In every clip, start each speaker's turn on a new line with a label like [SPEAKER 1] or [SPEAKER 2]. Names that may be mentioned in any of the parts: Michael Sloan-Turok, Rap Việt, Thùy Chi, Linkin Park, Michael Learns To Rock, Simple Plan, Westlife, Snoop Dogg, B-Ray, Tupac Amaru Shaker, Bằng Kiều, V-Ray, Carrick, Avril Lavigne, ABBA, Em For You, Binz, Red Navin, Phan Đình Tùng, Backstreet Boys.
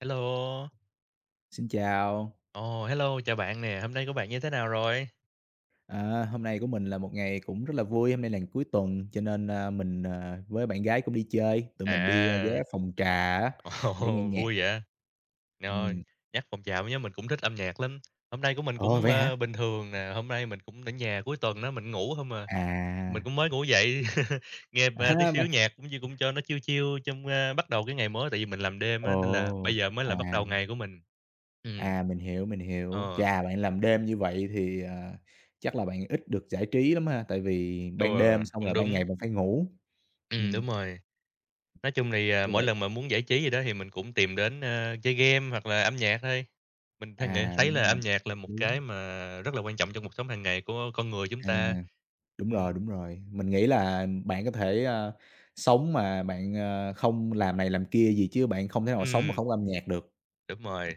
[SPEAKER 1] Hello.
[SPEAKER 2] Xin chào.
[SPEAKER 1] Hello, chào bạn nè, hôm nay của bạn như thế nào rồi?
[SPEAKER 2] À, hôm nay của mình là một ngày cũng rất là vui. Hôm nay là ngày cuối tuần cho nên, mình, với bạn gái cũng đi chơi. Tụi mình đi,
[SPEAKER 1] À,
[SPEAKER 2] ghé phòng trà á
[SPEAKER 1] ồ,
[SPEAKER 2] để nghe nhạc.
[SPEAKER 1] vui vậy? Ờ,
[SPEAKER 2] Ừ.
[SPEAKER 1] nhắc phòng trà nhớ mình cũng thích âm nhạc lắm. Hôm nay của mình
[SPEAKER 2] Ồ,
[SPEAKER 1] cũng,
[SPEAKER 2] vậy hả?
[SPEAKER 1] bình thường nè, hôm nay mình cũng ở nhà cuối tuần đó, mình ngủ hông à, mình
[SPEAKER 2] À,
[SPEAKER 1] cũng mới ngủ dậy, nghe, tí
[SPEAKER 2] à,
[SPEAKER 1] xíu
[SPEAKER 2] bạn
[SPEAKER 1] nhạc cũng như cũng cho nó chill chill trong, bắt đầu cái ngày mới, tại vì mình làm đêm
[SPEAKER 2] ồ,
[SPEAKER 1] á, nên là bây giờ mới
[SPEAKER 2] à,
[SPEAKER 1] là bắt đầu ngày của mình. Ừ,
[SPEAKER 2] mình hiểu, mình hiểu.
[SPEAKER 1] ờ,
[SPEAKER 2] Chà, bạn làm đêm như vậy thì, chắc là bạn ít được giải trí lắm ha, tại vì
[SPEAKER 1] ừ,
[SPEAKER 2] ban đêm xong
[SPEAKER 1] cũng
[SPEAKER 2] rồi ban
[SPEAKER 1] đúng,
[SPEAKER 2] ngày bạn phải ngủ. Ừm,
[SPEAKER 1] đúng rồi. Nói chung thì,
[SPEAKER 2] như
[SPEAKER 1] mỗi
[SPEAKER 2] vậy
[SPEAKER 1] lần mà muốn giải trí gì đó thì mình cũng tìm đến, chơi game hoặc là âm nhạc thôi. Mình thấy nghĩ
[SPEAKER 2] à,
[SPEAKER 1] thấy
[SPEAKER 2] đúng
[SPEAKER 1] là
[SPEAKER 2] rồi,
[SPEAKER 1] âm nhạc là
[SPEAKER 2] hợp
[SPEAKER 1] một
[SPEAKER 2] lý.
[SPEAKER 1] cái mà rất là quan trọng trong cuộc sống hàng ngày của con người chúng
[SPEAKER 2] À.
[SPEAKER 1] ta.
[SPEAKER 2] Đúng rồi,
[SPEAKER 1] Ừm,
[SPEAKER 2] đúng rồi. Mình nghĩ là bạn có thể, sống mà bạn, không làm này làm kia gì chứ bạn không thể nào sống mà
[SPEAKER 1] ừm,
[SPEAKER 2] không có âm nhạc được.
[SPEAKER 1] đúng rồi.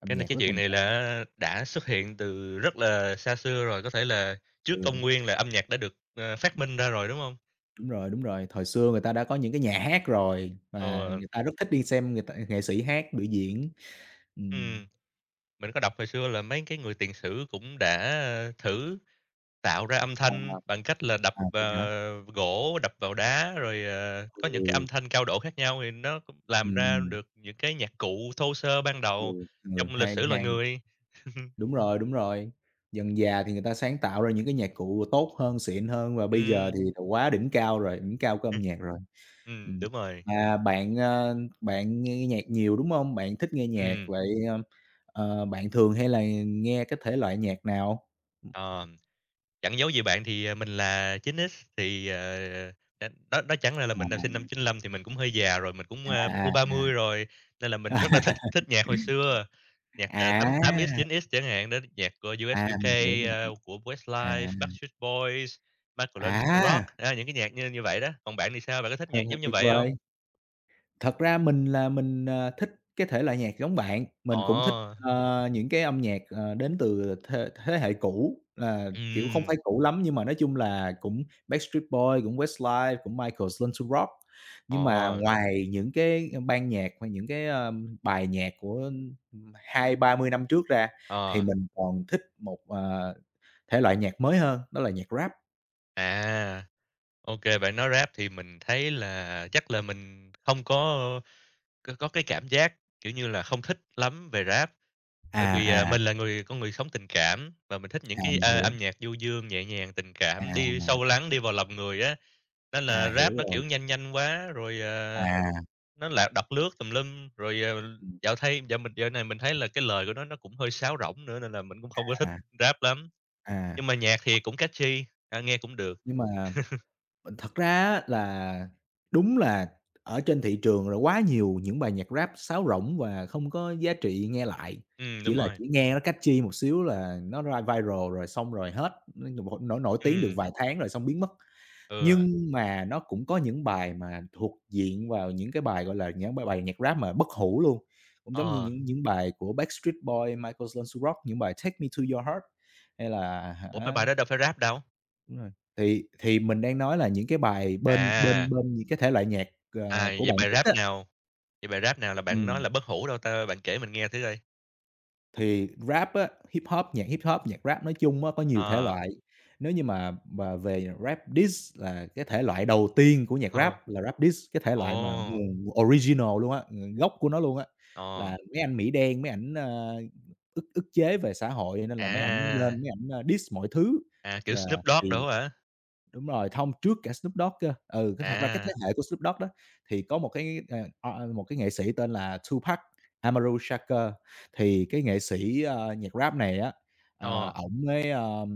[SPEAKER 2] Âm
[SPEAKER 1] Cái này
[SPEAKER 2] nhạc
[SPEAKER 1] cái
[SPEAKER 2] rất
[SPEAKER 1] chuyện
[SPEAKER 2] quan
[SPEAKER 1] này
[SPEAKER 2] trọng.
[SPEAKER 1] là đã xuất hiện từ rất là xa xưa rồi, có thể là trước
[SPEAKER 2] Ừ,
[SPEAKER 1] công nguyên là âm nhạc đã được, phát minh ra rồi, đúng không?
[SPEAKER 2] đúng rồi, đúng rồi. Thời xưa người ta đã có những cái nhà hát rồi và
[SPEAKER 1] Ờ,
[SPEAKER 2] người ta rất thích đi xem người ta nghệ sĩ hát, biểu diễn. Ừm.
[SPEAKER 1] ừm, mình có đọc hồi xưa là mấy cái người tiền sử cũng đã, thử tạo ra âm
[SPEAKER 2] Ờ,
[SPEAKER 1] thanh bằng cách là đập,
[SPEAKER 2] à, vậy hả?
[SPEAKER 1] gỗ, đập vào đá, rồi, có những
[SPEAKER 2] Ừ,
[SPEAKER 1] cái âm thanh cao độ khác nhau thì nó cũng làm ra
[SPEAKER 2] ừm,
[SPEAKER 1] được những cái nhạc cụ thô sơ ban đầu
[SPEAKER 2] ừ, ừ,
[SPEAKER 1] trong lịch
[SPEAKER 2] hay,
[SPEAKER 1] sử loài
[SPEAKER 2] hay.
[SPEAKER 1] người.
[SPEAKER 2] Đúng rồi, đúng rồi. Dần già thì người ta sáng tạo ra những cái nhạc cụ tốt hơn, xịn hơn và bây giờ
[SPEAKER 1] Ừm,
[SPEAKER 2] thì đã quá đỉnh cao rồi, đỉnh cao của âm
[SPEAKER 1] ừm,
[SPEAKER 2] nhạc rồi. Ừm,
[SPEAKER 1] đúng rồi.
[SPEAKER 2] mà bạn, nghe nhạc nhiều, đúng hông? Bạn thích nghe nhạc,
[SPEAKER 1] ừm,
[SPEAKER 2] vậy, bạn thường hay là nghe cái thể loại nhạc nào?
[SPEAKER 1] ờ. Chẳng giấu gì bạn thì, mình là 9X thì, ờ, đ đó đó chẳng ra là
[SPEAKER 2] À,
[SPEAKER 1] mình năm sinh năm 95 thì mình cũng hơi già rồi, mình cũng,
[SPEAKER 2] à, à,
[SPEAKER 1] U30 rồi, nên là mình rất là
[SPEAKER 2] à.
[SPEAKER 1] thích thích nhạc hồi xưa, nhạc,
[SPEAKER 2] À,
[SPEAKER 1] tám tám X, 9X chẳng hạn đến nhạc của US,
[SPEAKER 2] à,
[SPEAKER 1] UK,
[SPEAKER 2] mình hiểu,
[SPEAKER 1] của
[SPEAKER 2] à,
[SPEAKER 1] Westlife, Backstreet Boys, Michael Learns To Rock,
[SPEAKER 2] à,
[SPEAKER 1] những cái nhạc như như vậy đó. Còn bạn thì sao? Bạn có thích
[SPEAKER 2] thật
[SPEAKER 1] nhạc
[SPEAKER 2] là
[SPEAKER 1] giống như
[SPEAKER 2] tuyệt
[SPEAKER 1] vậy
[SPEAKER 2] vời!
[SPEAKER 1] không?
[SPEAKER 2] Thật ra mình, thích cái thể loại nhạc giống bạn, mình cũng thích,
[SPEAKER 1] Ồ,
[SPEAKER 2] những cái âm nhạc, đến từ thế thế hệ cũ, là, kiểu, không
[SPEAKER 1] ừm,
[SPEAKER 2] phải cũ lắm nhưng mà nói chung là cũng Backstreet Boys, cũng Westlife, cũng Michael's Limp to Rock. Nhưng mà
[SPEAKER 1] ồ,
[SPEAKER 2] ngoài những cái ban nhạc hay những cái, bài nhạc của 20 30 năm trước ra thì
[SPEAKER 1] ờ,
[SPEAKER 2] mình còn thích một, thể loại nhạc mới hơn, đó là nhạc Rap.
[SPEAKER 1] à, ok bạn nói Rap thì mình thấy là chắc là mình không có có cái cảm giác, kiểu như là, không thích lắm về Rap, bởi vì,
[SPEAKER 2] À, à,
[SPEAKER 1] mình là con người sống tình cảm và mình thích những
[SPEAKER 2] à,
[SPEAKER 1] cái,
[SPEAKER 2] mình hiểu.
[SPEAKER 1] âm nhạc du dương, nhẹ nhàng, tình
[SPEAKER 2] À,
[SPEAKER 1] cảm, đi sâu lắng, đi vào lòng người á. Nên
[SPEAKER 2] à,
[SPEAKER 1] là
[SPEAKER 2] à,
[SPEAKER 1] Rap
[SPEAKER 2] hiểu
[SPEAKER 1] nó,
[SPEAKER 2] rồi.
[SPEAKER 1] kiểu, nhanh nhanh quá, rồi,
[SPEAKER 2] À,
[SPEAKER 1] nó lạc đật lướt tùm lum, rồi, ờ,
[SPEAKER 2] ừm,
[SPEAKER 1] dạo thay dạo mình dạo này mình thấy là cái lời của nó cũng hơi sáo rỗng nữa nên là mình cũng không có thích
[SPEAKER 2] à.
[SPEAKER 1] Rap lắm.
[SPEAKER 2] À,
[SPEAKER 1] Nhưng mà nhạc thì
[SPEAKER 2] thật
[SPEAKER 1] cũng catchy, nghe cũng được.
[SPEAKER 2] nhưng mà, thật ra á là đúng là ở trên thị trường là quá nhiều những bài nhạc Rap sáo rỗng và không có giá trị nghe lại,
[SPEAKER 1] Đúng rồi.
[SPEAKER 2] chỉ nghe nó catchy một xíu là nó ra viral rồi xong rồi hết, n nổi nổi tiếng được
[SPEAKER 1] Ừm,
[SPEAKER 2] vài tháng rồi xong biến mất.
[SPEAKER 1] ừ,
[SPEAKER 2] Nhưng mà nó cũng có những bài mà thuộc diện vào những cái bài, gọi là, những bài bài nhạc Rap mà bất hủ luôn, cũng giống như
[SPEAKER 1] ờ.
[SPEAKER 2] những bài của Backstreet Boy, Michael Sloan Rock, những bài "Take Me to Your Heart" hay là
[SPEAKER 1] Ủa, mấy bài đó đâu phải Rap đâu?
[SPEAKER 2] Đúng rồi. Thì mình đang nói là những cái bài bên
[SPEAKER 1] À.
[SPEAKER 2] bên bên những cái thể loại nhạc,
[SPEAKER 1] À,
[SPEAKER 2] của
[SPEAKER 1] vậy
[SPEAKER 2] bạn
[SPEAKER 1] bài
[SPEAKER 2] thích
[SPEAKER 1] rap
[SPEAKER 2] á,
[SPEAKER 1] nào vậy bài rap nào là bạn nói
[SPEAKER 2] ừm,
[SPEAKER 1] là bất hủ đâu ta? Bạn kể mình nghe thử coi.
[SPEAKER 2] thì Rap á, Hip Hop, nhạc Rap nói chung á, có nhiều thể
[SPEAKER 1] Ờ,
[SPEAKER 2] loại. Nếu như mà về Rap diss là cái thể loại đầu tiên của nhạc
[SPEAKER 1] thôi
[SPEAKER 2] Rap là Rap diss, cái thể loại mà
[SPEAKER 1] ồ,
[SPEAKER 2] nguồn original luôn á, ng gốc của nó luôn á,
[SPEAKER 1] ờ,
[SPEAKER 2] là mấy anh Mỹ đen, mấy ảnh, ức ức chế về xã hội nên là mấy ảnh lên
[SPEAKER 1] à,
[SPEAKER 2] mấy ảnh, diss mọi thứ.
[SPEAKER 1] à, kiểu
[SPEAKER 2] Chà,
[SPEAKER 1] Snoop Dogg
[SPEAKER 2] thì
[SPEAKER 1] đồ hả?
[SPEAKER 2] Đúng rồi, thông trước cả Snoop Dogg cơ. Ừ, cái thật ra cái
[SPEAKER 1] À,
[SPEAKER 2] thế hệ của Snoop Dogg đó, thì có một cái, một cái nghệ sĩ tên là Tupac Amaru Shaker, thì cái nghệ sĩ, nhạc rap này á,
[SPEAKER 1] ờ,
[SPEAKER 2] ổng mới,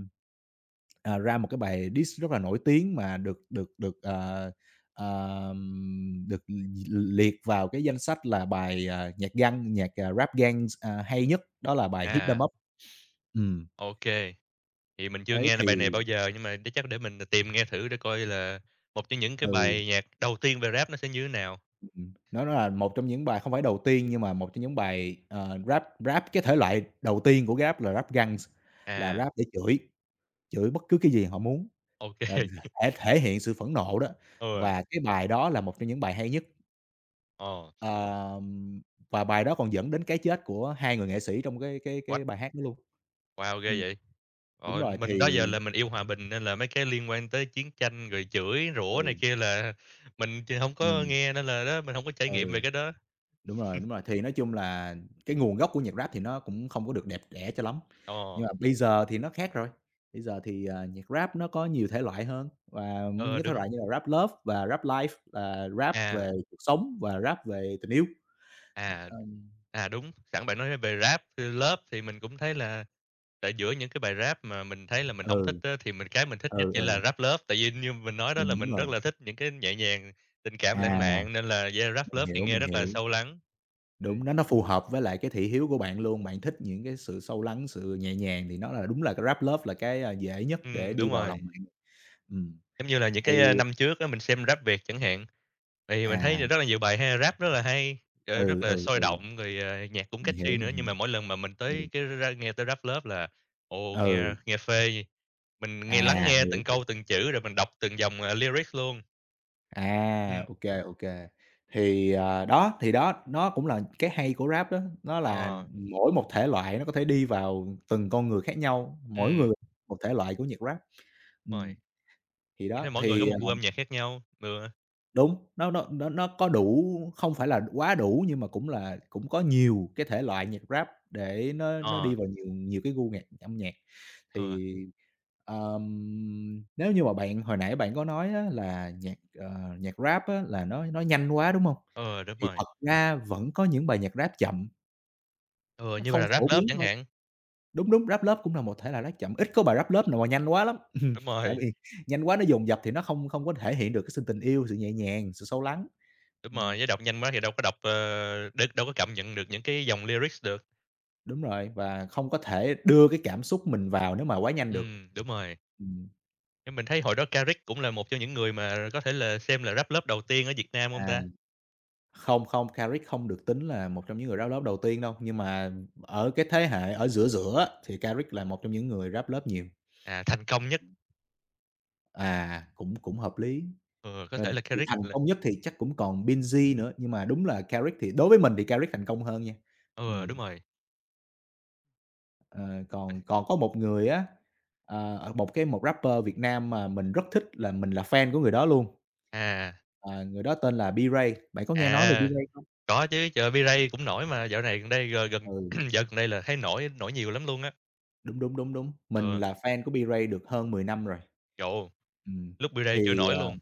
[SPEAKER 2] ờ, ra một cái bài diss rất là nổi tiếng mà được được được, được liệt vào cái danh sách là bài, nhạc gang nhạc, à, rap gang, à, hay nhất, đó là bài "Hit Em
[SPEAKER 1] à,
[SPEAKER 2] Up." Ừm,
[SPEAKER 1] ô kê. Thì mình chưa
[SPEAKER 2] đấy
[SPEAKER 1] nghe là
[SPEAKER 2] thì
[SPEAKER 1] bài này bao giờ nhưng mà để chắc để mình tìm nghe thử để coi là một trong những cái
[SPEAKER 2] ừ.
[SPEAKER 1] bài nhạc đầu tiên về rap nó sẽ như thế nào.
[SPEAKER 2] Nó là một trong những bài không phải đầu tiên nhưng mà một trong những bài, rap rap cái thể loại đầu tiên của rap là rap Guns, là
[SPEAKER 1] À,
[SPEAKER 2] rap để chửi, chửi bất cứ cái gì họ muốn,
[SPEAKER 1] ok
[SPEAKER 2] ờ,
[SPEAKER 1] kê,
[SPEAKER 2] thể thể hiện sự phẫn nộ đó.
[SPEAKER 1] ừ,
[SPEAKER 2] Và cái bài đó là một trong những bài hay nhất,
[SPEAKER 1] ờ,
[SPEAKER 2] ờm, và bài đó còn dẫn đến cái chết của hai người nghệ sĩ trong
[SPEAKER 1] what,
[SPEAKER 2] cái bài hát đó luôn.
[SPEAKER 1] wow, ghê
[SPEAKER 2] Ừm,
[SPEAKER 1] vậy!
[SPEAKER 2] đúng
[SPEAKER 1] Rồi,
[SPEAKER 2] rồi,
[SPEAKER 1] mình đó giờ là mình yêu hòa bình nên là mấy cái liên quan tới chiến tranh rồi chửi rủa này
[SPEAKER 2] ừ,
[SPEAKER 1] kia là mình hông có
[SPEAKER 2] ừm,
[SPEAKER 1] nghe nên là đó, mình không có trải nghiệm về
[SPEAKER 2] ừ.
[SPEAKER 1] cái đó.
[SPEAKER 2] Đúng rồi, đúng rồi. Thì nói chung là cái nguồn gốc của nhạc Rap thì nó cũng không có được đẹp đẽ cho lắm,
[SPEAKER 1] Ờ,
[SPEAKER 2] nhưng mà bây giờ thì nó khác rồi. Bây giờ thì, à, nhạc Rap nó có nhiều thể loại hơn và những
[SPEAKER 1] ờ,
[SPEAKER 2] cái thể
[SPEAKER 1] đúng.
[SPEAKER 2] loại như là Rap Love và Rap Life là Rap
[SPEAKER 1] À,
[SPEAKER 2] về cuộc sống và Rap về tình yêu.
[SPEAKER 1] à,
[SPEAKER 2] Ừm,
[SPEAKER 1] đúng, sẵn bạn nói về Rap, Love thì mình cũng thấy là tại giữa những cái bài Rap mà mình thấy là mình không thích
[SPEAKER 2] ừ,
[SPEAKER 1] á, thì mình thích nhất
[SPEAKER 2] ừ,
[SPEAKER 1] chỉ là
[SPEAKER 2] ừ,
[SPEAKER 1] Rap lớp. Tại vì như mình nói đó
[SPEAKER 2] đúng,
[SPEAKER 1] là
[SPEAKER 2] đúng
[SPEAKER 1] mình rất
[SPEAKER 2] rồi.
[SPEAKER 1] là thích những cái nhẹ nhàng, tình cảm lãng
[SPEAKER 2] À,
[SPEAKER 1] mạn nên là yeah, Rap
[SPEAKER 2] mình
[SPEAKER 1] lớp thì
[SPEAKER 2] hiểu,
[SPEAKER 1] nghe
[SPEAKER 2] mình
[SPEAKER 1] rất là
[SPEAKER 2] hiểu.
[SPEAKER 1] sâu lắng.
[SPEAKER 2] Đúng,
[SPEAKER 1] Ừm,
[SPEAKER 2] nó phù hợp với lại cái thị hiếu của bạn luôn, bạn thích những cái sự sâu lắng, sự nhẹ nhàng thì nó là đúng là cái Rap Love là cái, dễ nhất để
[SPEAKER 1] đúng
[SPEAKER 2] đi vào lòng
[SPEAKER 1] rồi,
[SPEAKER 2] bạn. Ừm,
[SPEAKER 1] giống như là những
[SPEAKER 2] thì
[SPEAKER 1] cái, năm trước á, mình xem Rap Việt chẳng hạn. Thì mình thấy
[SPEAKER 2] à,
[SPEAKER 1] rất là nhiều bài ha, rap rất là hay, rất
[SPEAKER 2] ừ,
[SPEAKER 1] là
[SPEAKER 2] ừ,
[SPEAKER 1] sôi
[SPEAKER 2] ừ.
[SPEAKER 1] động, rồi, nhạc cũng
[SPEAKER 2] Mình hiểu,
[SPEAKER 1] catchy nữa,
[SPEAKER 2] mình
[SPEAKER 1] nhưng mà
[SPEAKER 2] hiểu.
[SPEAKER 1] mỗi lần mà mình
[SPEAKER 2] Ừ,
[SPEAKER 1] tới cái ra nghe tới Rap Lớp là, ồ, nghe
[SPEAKER 2] ừ,
[SPEAKER 1] nghe phê. Mình nghe lắng
[SPEAKER 2] à,
[SPEAKER 1] nghe
[SPEAKER 2] hiểu,
[SPEAKER 1] từng
[SPEAKER 2] hiểu.
[SPEAKER 1] câu, từng chữ, rồi mình đọc từng dòng, lyrics luôn. ừ
[SPEAKER 2] À, ô kê, ô kê. Thì, ờ, đó, nó cũng là cái hay của Rap đó, nó là
[SPEAKER 1] ờ,
[SPEAKER 2] mỗi một thể loại nó có thể đi vào từng con người khác nhau, mỗi
[SPEAKER 1] ừ
[SPEAKER 2] người một thể loại của nhạc Rap.
[SPEAKER 1] đúng rồi.
[SPEAKER 2] Ừm, thì
[SPEAKER 1] Mình
[SPEAKER 2] đó,
[SPEAKER 1] thấy mỗi người
[SPEAKER 2] thì
[SPEAKER 1] có một gu âm nhạc khác nhau,
[SPEAKER 2] Đúng, nó có đủ, không phải là quá đủ nhưng mà cũng có nhiều cái thể loại nhạc Rap để nó đi
[SPEAKER 1] ờ,
[SPEAKER 2] vào nhiều nhiều cái gu nhạc âm nhạc.
[SPEAKER 1] ừ,
[SPEAKER 2] Thì, nếu như mà bạn hồi nãy bạn có nói á là nhạc, nhạc Rap á là nó nhanh quá, đúng hông?
[SPEAKER 1] ừ, đúng
[SPEAKER 2] Thì
[SPEAKER 1] rồi,
[SPEAKER 2] thật ra vẫn có những bài nhạc Rap chậm,
[SPEAKER 1] ừ,
[SPEAKER 2] nó
[SPEAKER 1] như
[SPEAKER 2] không
[SPEAKER 1] là Rap
[SPEAKER 2] phổ
[SPEAKER 1] Lớp
[SPEAKER 2] biến
[SPEAKER 1] chẳng
[SPEAKER 2] thôi.
[SPEAKER 1] hạn.
[SPEAKER 2] Đúng, đúng, Rap lớp cũng là một thể loại Rap chậm, ít có bài Rap lớp nào mà nhanh quá lắm. Ừm,
[SPEAKER 1] Đúng
[SPEAKER 2] tại
[SPEAKER 1] rồi,
[SPEAKER 2] vì nhanh quá nó dồn dập thì nó không không có thể hiện được cái sự tình yêu, sự nhẹ nhàng, sự sâu lắng.
[SPEAKER 1] đúng rồi,
[SPEAKER 2] Ừm.
[SPEAKER 1] với đọc nhanh quá thì đâu có đọc, ờ, đ đâu có cảm nhận được những cái dòng lyrics được.
[SPEAKER 2] Đúng rồi, và không có thể đưa cái cảm xúc mình vào nếu mà quá nhanh được.
[SPEAKER 1] ừ đúng rồi.
[SPEAKER 2] Ừm,
[SPEAKER 1] Nhưng mình thấy hồi đó Carrick cũng là một trong những người mà có thể là xem là ráp lớp đầu tiên ở Việt Nam hông
[SPEAKER 2] à,
[SPEAKER 1] ta?
[SPEAKER 2] không, không, Carrick không được tính là một trong những người ráp lớp đầu tiên đâu, nhưng mà ở cái thế hệ ở giữa giữa á, thì Carrick là một trong những người ráp lớp nhiều.
[SPEAKER 1] Thành công nhất,
[SPEAKER 2] À, cũng cũng hợp lý,
[SPEAKER 1] ừ, có
[SPEAKER 2] nên
[SPEAKER 1] thể là
[SPEAKER 2] thì
[SPEAKER 1] Carrick
[SPEAKER 2] thành
[SPEAKER 1] là
[SPEAKER 2] công nhất thì chắc cũng còn Binz nữa, nhưng mà đúng là Carrick thì đối với mình thì Carrick thành công hơn nha.
[SPEAKER 1] ừ,
[SPEAKER 2] Ừm,
[SPEAKER 1] đúng rồi.
[SPEAKER 2] ờ, còn còn có một người á, một rapper Việt Nam mà mình rất thích, là mình là fan của người đó luôn.
[SPEAKER 1] À,
[SPEAKER 2] Ờ, người đó tên là B-Ray, bạn có nghe nói về
[SPEAKER 1] à,
[SPEAKER 2] B-Ray không?
[SPEAKER 1] có chứ, trời ơi, V-Ray cũng nổi mà, dạo này gần đây g gần
[SPEAKER 2] Ừ,
[SPEAKER 1] dạo gần đây là thấy nổi nổi nhiều lắm luôn á.
[SPEAKER 2] đúng, đúng, đúng, đúng, mình
[SPEAKER 1] Ừ,
[SPEAKER 2] là fan của B-Ray được hơn 10 năm rồi.
[SPEAKER 1] ồ,
[SPEAKER 2] Ừm,
[SPEAKER 1] lúc V-Ray chưa
[SPEAKER 2] thì,
[SPEAKER 1] nổi
[SPEAKER 2] ờ
[SPEAKER 1] luôn.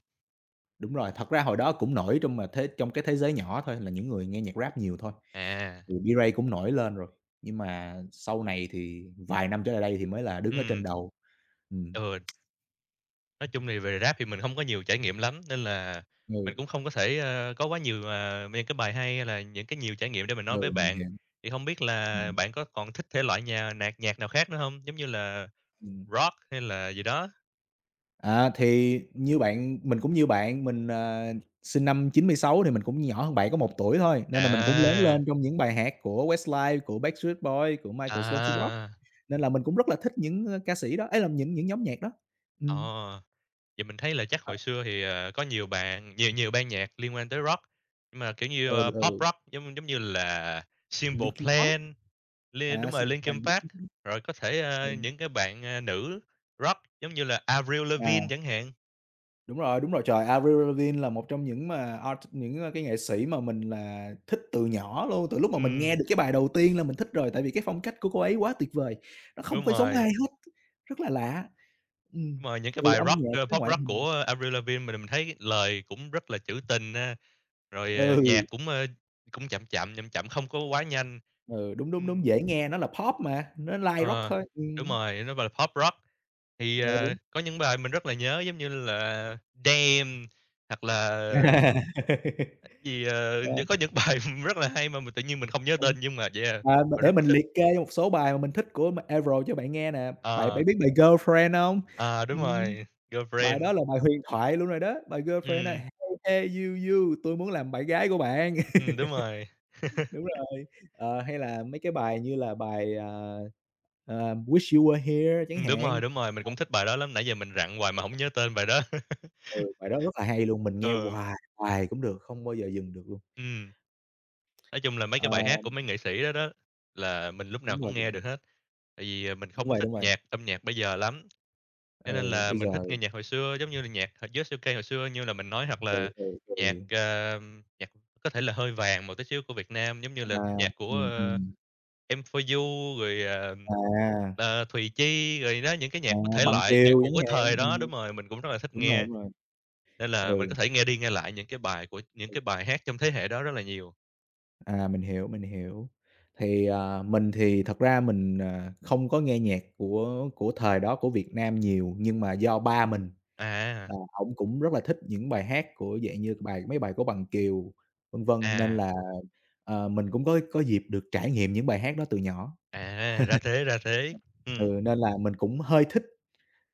[SPEAKER 2] đúng rồi, thật ra hồi đó cũng nổi trong cái thế giới nhỏ thôi, là những người nghe nhạc Rap nhiều thôi,
[SPEAKER 1] À,
[SPEAKER 2] thì B-Ray cũng nổi lên rồi, nhưng mà sau này thì vài năm trở lại đây thì mới là đứng ở
[SPEAKER 1] ừm,
[SPEAKER 2] trên đầu. Ừm,
[SPEAKER 1] ừ. Nói chung thì về rap thì mình không có nhiều trải nghiệm lắm, nên là mình cũng
[SPEAKER 2] ừ,
[SPEAKER 1] không có thể, có quá nhiều, những cái bài hay hay là những cái nhiều trải nghiệm để mình nói với
[SPEAKER 2] ừ, mình
[SPEAKER 1] bạn.
[SPEAKER 2] hiểu,
[SPEAKER 1] Thì không biết là
[SPEAKER 2] ừm,
[SPEAKER 1] bạn có còn thích thể loại nhà nhạc nhạc nào khác nữa không? Giống như là
[SPEAKER 2] ừm.
[SPEAKER 1] rock hay là gì đó?
[SPEAKER 2] À, thì như bạn mình cũng như bạn, mình, sinh năm 96 thì mình cũng nhỏ hơn bạn có 1 tuổi thôi, nên là mình cũng lớn
[SPEAKER 1] À,
[SPEAKER 2] lên trong những bài hát của Westlife, của Backstreet Boys, của Michael Sloan-Turok,
[SPEAKER 1] à,
[SPEAKER 2] nên là mình cũng rất là thích những, ca sĩ đó, ấy là những nhóm nhạc đó. Ừm,
[SPEAKER 1] ờ. Vậy mình thấy là chắc
[SPEAKER 2] ờ,
[SPEAKER 1] hồi xưa thì, có nhiều bạn nhiều nhiều ban nhạc liên quan tới rock, nhưng mà, kiểu như,
[SPEAKER 2] ừ, ừ,
[SPEAKER 1] pop rock giống giống như là Simple
[SPEAKER 2] Linkin Park,
[SPEAKER 1] Plan, đúng
[SPEAKER 2] à,
[SPEAKER 1] rồi,
[SPEAKER 2] Simple Plan,
[SPEAKER 1] Linkin Park, rồi có thể,
[SPEAKER 2] ừ,
[SPEAKER 1] những cái bạn, nữ rock giống như là Avril
[SPEAKER 2] à.
[SPEAKER 1] Lavigne chẳng hạn.
[SPEAKER 2] Đúng rồi, trời, Avril Lavigne là một trong những mà art những, cái nghệ sĩ mà mình là thích từ nhỏ luôn, từ lúc mà mình
[SPEAKER 1] Ừm,
[SPEAKER 2] nghe được cái bài đầu tiên là mình thích rồi, tại vì cái phong cách của cô ấy quá tuyệt vời, nó không
[SPEAKER 1] đúng
[SPEAKER 2] có giống ai
[SPEAKER 1] rồi,
[SPEAKER 2] hết, rất là lạ. Ừm,
[SPEAKER 1] đúng rồi, những cái
[SPEAKER 2] từ
[SPEAKER 1] bài
[SPEAKER 2] âm
[SPEAKER 1] rock,
[SPEAKER 2] nhạc tới
[SPEAKER 1] pop
[SPEAKER 2] ngoại
[SPEAKER 1] rock
[SPEAKER 2] hình.
[SPEAKER 1] của Avril Lavigne mình thấy lời cũng rất là trữ tình ha, rồi,
[SPEAKER 2] Ừ,
[SPEAKER 1] nhạc cũng, cũng chậm chậm, không có quá nhanh.
[SPEAKER 2] ừ, đúng, đúng,
[SPEAKER 1] Ừm,
[SPEAKER 2] đúng, dễ nghe, nó là pop mà, nó light rock
[SPEAKER 1] ờ,
[SPEAKER 2] thôi,
[SPEAKER 1] đúng rồi, nó gọi là pop rock. Thì,
[SPEAKER 2] ừ.
[SPEAKER 1] có những bài mình rất là nhớ giống như là "Damn" hoặc là gì, ờ,
[SPEAKER 2] À.
[SPEAKER 1] những có những bài rất là hay mà mình tự nhiên mình không nhớ
[SPEAKER 2] Ờ,
[SPEAKER 1] tên nhưng mà yeah,
[SPEAKER 2] à, mà
[SPEAKER 1] mình rất
[SPEAKER 2] để
[SPEAKER 1] là
[SPEAKER 2] mình
[SPEAKER 1] thích.
[SPEAKER 2] liệt kê một số bài mà mình thích của Avril cho bạn nghe nè, bạn
[SPEAKER 1] Ờ,
[SPEAKER 2] bạn biết bài "Girlfriend" hông?
[SPEAKER 1] ờ, đúng
[SPEAKER 2] Ừm.
[SPEAKER 1] rồi,
[SPEAKER 2] Bài
[SPEAKER 1] "Girlfriend",
[SPEAKER 2] đó là bài huyền thoại luôn rồi đó, bài Girlfriend này,
[SPEAKER 1] ừm,
[SPEAKER 2] "Hey, hey, you, you", "Tôi muốn làm bạn gái của bạn",
[SPEAKER 1] đúng rồi.
[SPEAKER 2] đúng rồi. Ờ, hay là mấy cái bài như là bài, "Wish You Were Here" chẳng hạn,
[SPEAKER 1] Đúng rồi, mình cũng thích bài đó lắm, nãy giờ mình rặn hoài mà không nhớ tên bài đó.
[SPEAKER 2] ừ, bài đó rất là hay luôn, mình nghe
[SPEAKER 1] Ừ,
[SPEAKER 2] hoài, hoài cũng được, không bao giờ dừng được luôn.
[SPEAKER 1] ừm. Nói chung là mấy cái
[SPEAKER 2] Ờ,
[SPEAKER 1] bài hát của mấy nghệ sĩ đó đó là mình lúc nào
[SPEAKER 2] đúng rồi,
[SPEAKER 1] cũng
[SPEAKER 2] đúng
[SPEAKER 1] nghe
[SPEAKER 2] rồi,
[SPEAKER 1] được hết, tại vì, mình
[SPEAKER 2] đúng
[SPEAKER 1] không có
[SPEAKER 2] rồi,
[SPEAKER 1] thích
[SPEAKER 2] đúng rồi.
[SPEAKER 1] âm nhạc bây giờ lắm. Cho nên
[SPEAKER 2] Ừ,
[SPEAKER 1] là
[SPEAKER 2] Bây
[SPEAKER 1] mình thích nghe
[SPEAKER 2] giờ
[SPEAKER 1] nhạc hồi xưa, giống như là nhạc h Jazz UK hồi xưa như là mình nói, hoặc
[SPEAKER 2] ừ,
[SPEAKER 1] là
[SPEAKER 2] ừ, ừ,
[SPEAKER 1] nhạc, ờ, nhạc có thể là hơi vàng một tí xíu của Việt Nam, giống như là
[SPEAKER 2] à,
[SPEAKER 1] nhạc của,
[SPEAKER 2] ừm, ừm,
[SPEAKER 1] Em For You rồi,
[SPEAKER 2] à,
[SPEAKER 1] Thùy Chi, rồi đó, những cái
[SPEAKER 2] à,
[SPEAKER 1] nhạc của thể
[SPEAKER 2] "Bằng
[SPEAKER 1] loại nhạc
[SPEAKER 2] Kiều"
[SPEAKER 1] của
[SPEAKER 2] chẳng
[SPEAKER 1] cái
[SPEAKER 2] hạn,
[SPEAKER 1] thời đó, đúng rồi, mình cũng rất là thích nghe,
[SPEAKER 2] đúng rồi,
[SPEAKER 1] nên là mình
[SPEAKER 2] ừ.
[SPEAKER 1] có thể nghe đi nghe lại những cái bài của những cái bài hát trong thế hệ đó rất là nhiều.
[SPEAKER 2] À, mình hiểu. Thì, à, mình thì thật ra mình, không có nghe nhạc của thời đó của Việt Nam nhiều, nhưng mà do ba mình
[SPEAKER 1] À,
[SPEAKER 2] là ổng cũng rất là thích những bài hát của dạng như mấy bài của Bằng Kiều, vân vân, nên
[SPEAKER 1] à,
[SPEAKER 2] là, ờ, mình cũng có dịp được trải nghiệm những bài hát đó từ nhỏ.
[SPEAKER 1] ra thế, ra thế.
[SPEAKER 2] Ừ,
[SPEAKER 1] Ừm.
[SPEAKER 2] nên là mình cũng hơi thích.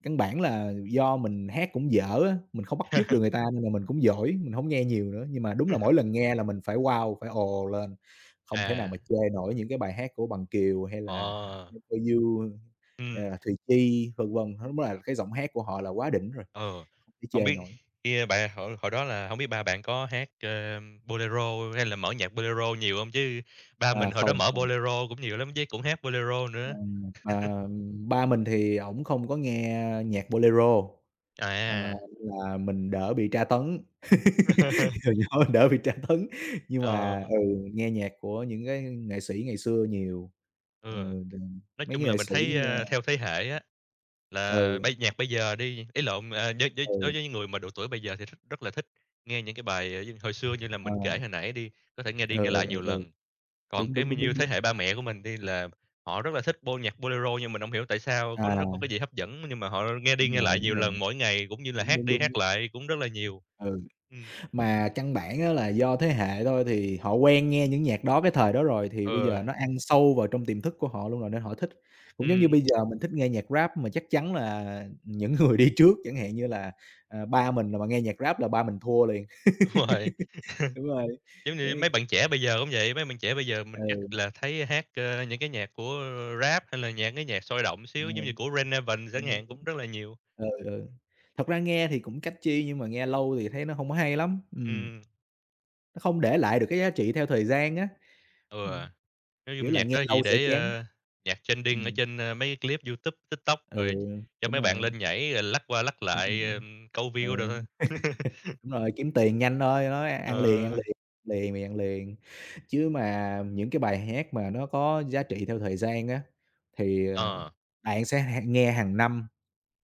[SPEAKER 2] Căn bản là do mình hát cũng dở á, mình không bắt chước được người ta nên là mình cũng dỗi, mình hổng nghe nhiều nữa, nhưng mà đúng là mỗi lần nghe là mình phải wow, phải ồ lên, không thể nào
[SPEAKER 1] À,
[SPEAKER 2] mà chê nổi những cái bài hát của Bằng Kiều hay
[SPEAKER 1] ờ,
[SPEAKER 2] là Em For You,
[SPEAKER 1] ừm.
[SPEAKER 2] hay là Thùy Chi, vân vân. Nó đúng là cái giọng hát của họ là quá đỉnh rồi,
[SPEAKER 1] Ờ,
[SPEAKER 2] không thể
[SPEAKER 1] không
[SPEAKER 2] chê
[SPEAKER 1] biết
[SPEAKER 2] nổi.
[SPEAKER 1] bạn hồi hồi đó là không biết ba bạn có hát, Bolero hay là mở nhạc Bolero nhiều không? Chứ ba mình
[SPEAKER 2] À,
[SPEAKER 1] hồi đó
[SPEAKER 2] không,
[SPEAKER 1] mở
[SPEAKER 2] không.
[SPEAKER 1] Bolero cũng nhiều lắm, chứ cũng hát Bolero nữa.
[SPEAKER 2] Mà ba mình thì ổng không có nghe nhạc Bolero, ờ, nên
[SPEAKER 1] À.
[SPEAKER 2] là mình đỡ bị tra tấn. Từ nhỏ mình đỡ bị tra tấn, nhưng mà,
[SPEAKER 1] Ờ,
[SPEAKER 2] ừ, nghe nhạc của những cái nghệ sĩ ngày xưa nhiều.
[SPEAKER 1] ừ,
[SPEAKER 2] Ừ, đ
[SPEAKER 1] nói
[SPEAKER 2] mấy
[SPEAKER 1] chung là
[SPEAKER 2] nghệ
[SPEAKER 1] mình
[SPEAKER 2] sĩ,
[SPEAKER 1] thấy, theo thế hệ á,
[SPEAKER 2] ơ
[SPEAKER 1] là
[SPEAKER 2] ừ,
[SPEAKER 1] bây nhạc bây giờ đi ý lộn, à, với đối
[SPEAKER 2] ừ,
[SPEAKER 1] với những người mà độ tuổi bây giờ thì rất rất là thích nghe những cái bài, như hồi xưa như là
[SPEAKER 2] ờ,
[SPEAKER 1] mình kể hồi nãy đi, có thể nghe đi
[SPEAKER 2] ừ,
[SPEAKER 1] nghe
[SPEAKER 2] ừ,
[SPEAKER 1] lại
[SPEAKER 2] ừ,
[SPEAKER 1] nhiều
[SPEAKER 2] ừ,
[SPEAKER 1] lần. Còn
[SPEAKER 2] đúng,
[SPEAKER 1] cái
[SPEAKER 2] đúng,
[SPEAKER 1] mình
[SPEAKER 2] đúng,
[SPEAKER 1] như
[SPEAKER 2] đúng,
[SPEAKER 1] thế
[SPEAKER 2] đúng.
[SPEAKER 1] hệ ba mẹ của mình đi là họ rất là thích Bo nhạc Bolero nhưng mình hổng hiểu tại sao có
[SPEAKER 2] À,
[SPEAKER 1] nó có cái gì hấp dẫn, nhưng mà họ nghe đi
[SPEAKER 2] đúng
[SPEAKER 1] nghe
[SPEAKER 2] rồi,
[SPEAKER 1] lại
[SPEAKER 2] đúng
[SPEAKER 1] nhiều
[SPEAKER 2] rồi,
[SPEAKER 1] lần mỗi ngày cũng như là
[SPEAKER 2] đúng,
[SPEAKER 1] hát
[SPEAKER 2] đúng,
[SPEAKER 1] đi
[SPEAKER 2] đúng,
[SPEAKER 1] hát lại cũng rất là nhiều.
[SPEAKER 2] ừ.
[SPEAKER 1] Ừm,
[SPEAKER 2] Mà căn bản á là do thế hệ thôi, thì họ quen nghe những nhạc đó cái thời đó rồi, thì bây giờ
[SPEAKER 1] ừ,
[SPEAKER 2] nó ăn sâu vào trong tiềm thức của họ luôn rồi nên họ thích. Cũng giống
[SPEAKER 1] ừm,
[SPEAKER 2] như bây giờ mình thích nghe nhạc Rap, mà chắc chắn là những người đi trước, chẳng hạn như ba mình mà nghe nhạc Rap là ba mình thua liền.
[SPEAKER 1] đúng rồi.
[SPEAKER 2] Đúng rồi,
[SPEAKER 1] Giống như
[SPEAKER 2] đấy,
[SPEAKER 1] mấy bạn trẻ bây giờ cũng vậy, mấy bạn trẻ bây giờ mình
[SPEAKER 2] ừ,
[SPEAKER 1] chắc là thấy hát, những cái nhạc của Rap hay là nhạc sôi động xíu giống như
[SPEAKER 2] ừ,
[SPEAKER 1] của Red Navin chẳng
[SPEAKER 2] đúng,
[SPEAKER 1] hạn
[SPEAKER 2] đúng,
[SPEAKER 1] cũng rất là nhiều.
[SPEAKER 2] ừ, ừ. Thật ra nghe thì cũng catchy nhưng mà nghe lâu thì thấy nó hông có hay lắm,
[SPEAKER 1] Ừm,
[SPEAKER 2] nó không để lại được cái giá trị theo thời gian á,
[SPEAKER 1] ừ.
[SPEAKER 2] ừm,
[SPEAKER 1] Nói
[SPEAKER 2] kiểu
[SPEAKER 1] chung
[SPEAKER 2] là
[SPEAKER 1] nhạc
[SPEAKER 2] nghe
[SPEAKER 1] đó chỉ
[SPEAKER 2] lâu sẽ
[SPEAKER 1] để,
[SPEAKER 2] chán.
[SPEAKER 1] nhạc trending ở
[SPEAKER 2] Ừm,
[SPEAKER 1] trên, mấy clip YouTube, TikTok rồi
[SPEAKER 2] ừ,
[SPEAKER 1] cho
[SPEAKER 2] đúng
[SPEAKER 1] mấy bạn
[SPEAKER 2] rồi,
[SPEAKER 1] lên nhảy rồi lắc qua lắc
[SPEAKER 2] đúng,
[SPEAKER 1] lại, câu view đồ thôi.
[SPEAKER 2] ừ. Đúng rồi, kiếm tiền nhanh thôi, nó
[SPEAKER 1] Ờ,
[SPEAKER 2] ăn liền, liền thì ăn liền. Chứ mà những cái bài hát mà nó có giá trị theo thời gian á, thì
[SPEAKER 1] ờ,
[SPEAKER 2] bạn sẽ nghe hàng năm,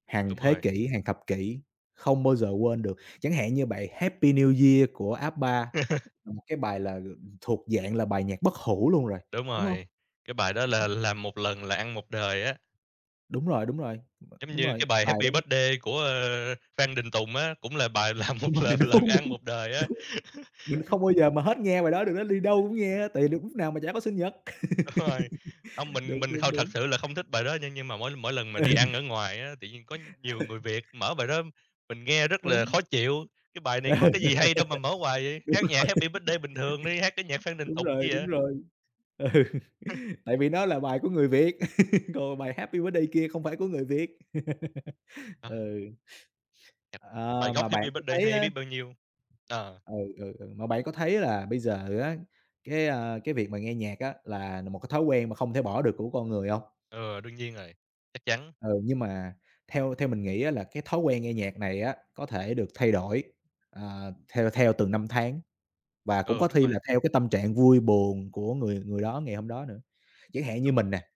[SPEAKER 2] hàng
[SPEAKER 1] đúng
[SPEAKER 2] thế
[SPEAKER 1] rồi.
[SPEAKER 2] kỷ, hàng thập kỷ, không bao giờ quên được. Chẳng hạn như bài Happy New Year của ABBA là một cái bài là thuộc dạng là bài nhạc bất hủ luôn rồi,
[SPEAKER 1] Đúng
[SPEAKER 2] đúng hông?
[SPEAKER 1] rồi, cái bài đó là làm một lần là ăn một đời á,
[SPEAKER 2] Đúng rồi, đúng rồi,
[SPEAKER 1] giống
[SPEAKER 2] đúng
[SPEAKER 1] như cái
[SPEAKER 2] rồi,
[SPEAKER 1] bài
[SPEAKER 2] bài
[SPEAKER 1] Happy
[SPEAKER 2] đó
[SPEAKER 1] Birthday của, Phan Đình Tùng á, cũng là bài làm một
[SPEAKER 2] đúng rồi,
[SPEAKER 1] lần lần
[SPEAKER 2] đúng,
[SPEAKER 1] ăn
[SPEAKER 2] đúng,
[SPEAKER 1] một đời á.
[SPEAKER 2] đúng, mình không bao giờ mà hết nghe bài đó được, nó đi đâu cũng nghe, tại lúc nào mà chả có sinh nhật.
[SPEAKER 1] Đúng rồi. Hông,
[SPEAKER 2] Đúng,
[SPEAKER 1] mình
[SPEAKER 2] đúng,
[SPEAKER 1] không thật
[SPEAKER 2] đúng.
[SPEAKER 1] sự là không thích bài đó nhưng mà mỗi mỗi lần mà đi ăn ở ngoài á, tự nhiên có nhiều người Việt mở bài đó mình nghe rất
[SPEAKER 2] Ừ,
[SPEAKER 1] là
[SPEAKER 2] đúng.
[SPEAKER 1] khó chịu. "Cái bài này
[SPEAKER 2] Ừ,
[SPEAKER 1] có cái gì hay đâu mà mở hoài vậy?
[SPEAKER 2] đúng
[SPEAKER 1] Hát nhạc
[SPEAKER 2] rồi,
[SPEAKER 1] Happy Birthday bình thường đi, hát cái nhạc Phan Đình
[SPEAKER 2] đúng
[SPEAKER 1] Tùng
[SPEAKER 2] rồi,
[SPEAKER 1] chứ vậy?"
[SPEAKER 2] đúng rồi. Ừ, tại vì nó là bài của người Việt, còn bài Happy Birthday kia không phải của người Việt.
[SPEAKER 1] Ờ,
[SPEAKER 2] Ừ,
[SPEAKER 1] bài
[SPEAKER 2] ờ,
[SPEAKER 1] gốc
[SPEAKER 2] mà bạn
[SPEAKER 1] Happy
[SPEAKER 2] có
[SPEAKER 1] Birthday
[SPEAKER 2] thấy
[SPEAKER 1] hay
[SPEAKER 2] á,
[SPEAKER 1] biết bao nhiêu. Ờ,
[SPEAKER 2] ừ, ừ, ừ, mà bạn có thấy là bây giờ á, cái việc mà nghe nhạc á là một cái thói quen mà không thể bỏ được của con người hông?
[SPEAKER 1] ừ, đương nhiên rồi, chắc chắn.
[SPEAKER 2] Ừ, nhưng mà theo theo mình nghĩ á là cái thói quen nghe nhạc này á có thể được thay đổi, ờ, theo theo từng năm tháng. Và cũng
[SPEAKER 1] Ừ,
[SPEAKER 2] có
[SPEAKER 1] đúng
[SPEAKER 2] thi
[SPEAKER 1] rồi,
[SPEAKER 2] là theo cái tâm trạng vui buồn của người người đó ngày hôm đó nữa. Chẳng hạn như
[SPEAKER 1] đúng.
[SPEAKER 2] mình nè,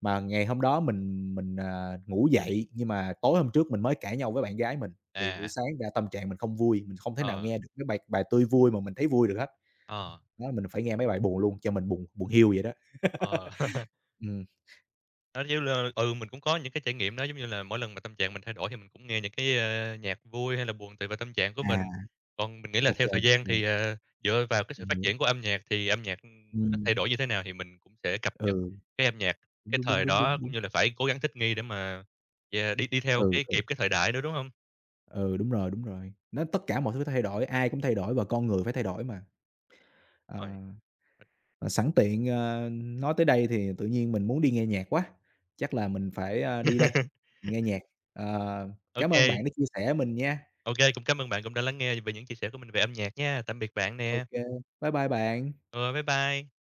[SPEAKER 2] mà ngày hôm đó mình ngủ dậy, nhưng mà tối hôm trước mình mới cãi nhau với bạn gái mình, thì buổi
[SPEAKER 1] À,
[SPEAKER 2] sáng ra tâm trạng mình không vui, mình không thể nào
[SPEAKER 1] ờ,
[SPEAKER 2] nghe được cái bài bài tươi vui mà mình thấy vui được hết.
[SPEAKER 1] ờ,
[SPEAKER 2] Đó, mình phải nghe mấy bài buồn luôn cho mình buồn buồn hiu vậy đó.
[SPEAKER 1] ờ.
[SPEAKER 2] Ừm,
[SPEAKER 1] Đó, giống như là mình cũng có những cái trải nghiệm đó, giống như là mỗi lần mà tâm trạng mình thay đổi thì mình cũng nghe những cái, nhạc vui hay là buồn tùy vào tâm trạng của
[SPEAKER 2] à,
[SPEAKER 1] mình. Còn mình nghĩ là
[SPEAKER 2] Ô
[SPEAKER 1] theo
[SPEAKER 2] kê,
[SPEAKER 1] thời gian thì, dựa vào cái sự phát
[SPEAKER 2] mình hiểu.
[SPEAKER 1] triển của âm nhạc thì âm nhạc, nó
[SPEAKER 2] Ừm,
[SPEAKER 1] thay đổi như thế nào thì mình cũng sẽ cập nhật
[SPEAKER 2] ừ,
[SPEAKER 1] cái âm nhạc cái
[SPEAKER 2] đúng, đúng, đúng,
[SPEAKER 1] thời
[SPEAKER 2] đúng,
[SPEAKER 1] đó,
[SPEAKER 2] đúng,
[SPEAKER 1] cũng
[SPEAKER 2] đúng.
[SPEAKER 1] như là phải cố gắng thích nghi để mà, yeah, đi đi theo
[SPEAKER 2] Ừ,
[SPEAKER 1] cái
[SPEAKER 2] ừ,
[SPEAKER 1] kịp cái thời đại nữa, đúng không?
[SPEAKER 2] ừ, đúng rồi, đúng rồi. Nó tất cả mọi thứ phải thay đổi, ai cũng thay đổi và con người phải thay đổi mà. Ờ.
[SPEAKER 1] Rồi.
[SPEAKER 2] Sẵn tiện, nói tới đây thì tự nhiên mình muốn đi nghe nhạc quá, chắc là mình phải, đi đây, nghe nhạc. Ờ,
[SPEAKER 1] OK
[SPEAKER 2] cám ơn
[SPEAKER 1] kê,
[SPEAKER 2] bạn đã chia sẻ mình nha.
[SPEAKER 1] cũng cảm ơn bạn cũng đã lắng nghe về những chia sẻ của mình về âm nhạc nha. Tạm biệt bạn nè.
[SPEAKER 2] Ok, bye bye bạn.
[SPEAKER 1] Ừ, bye bye.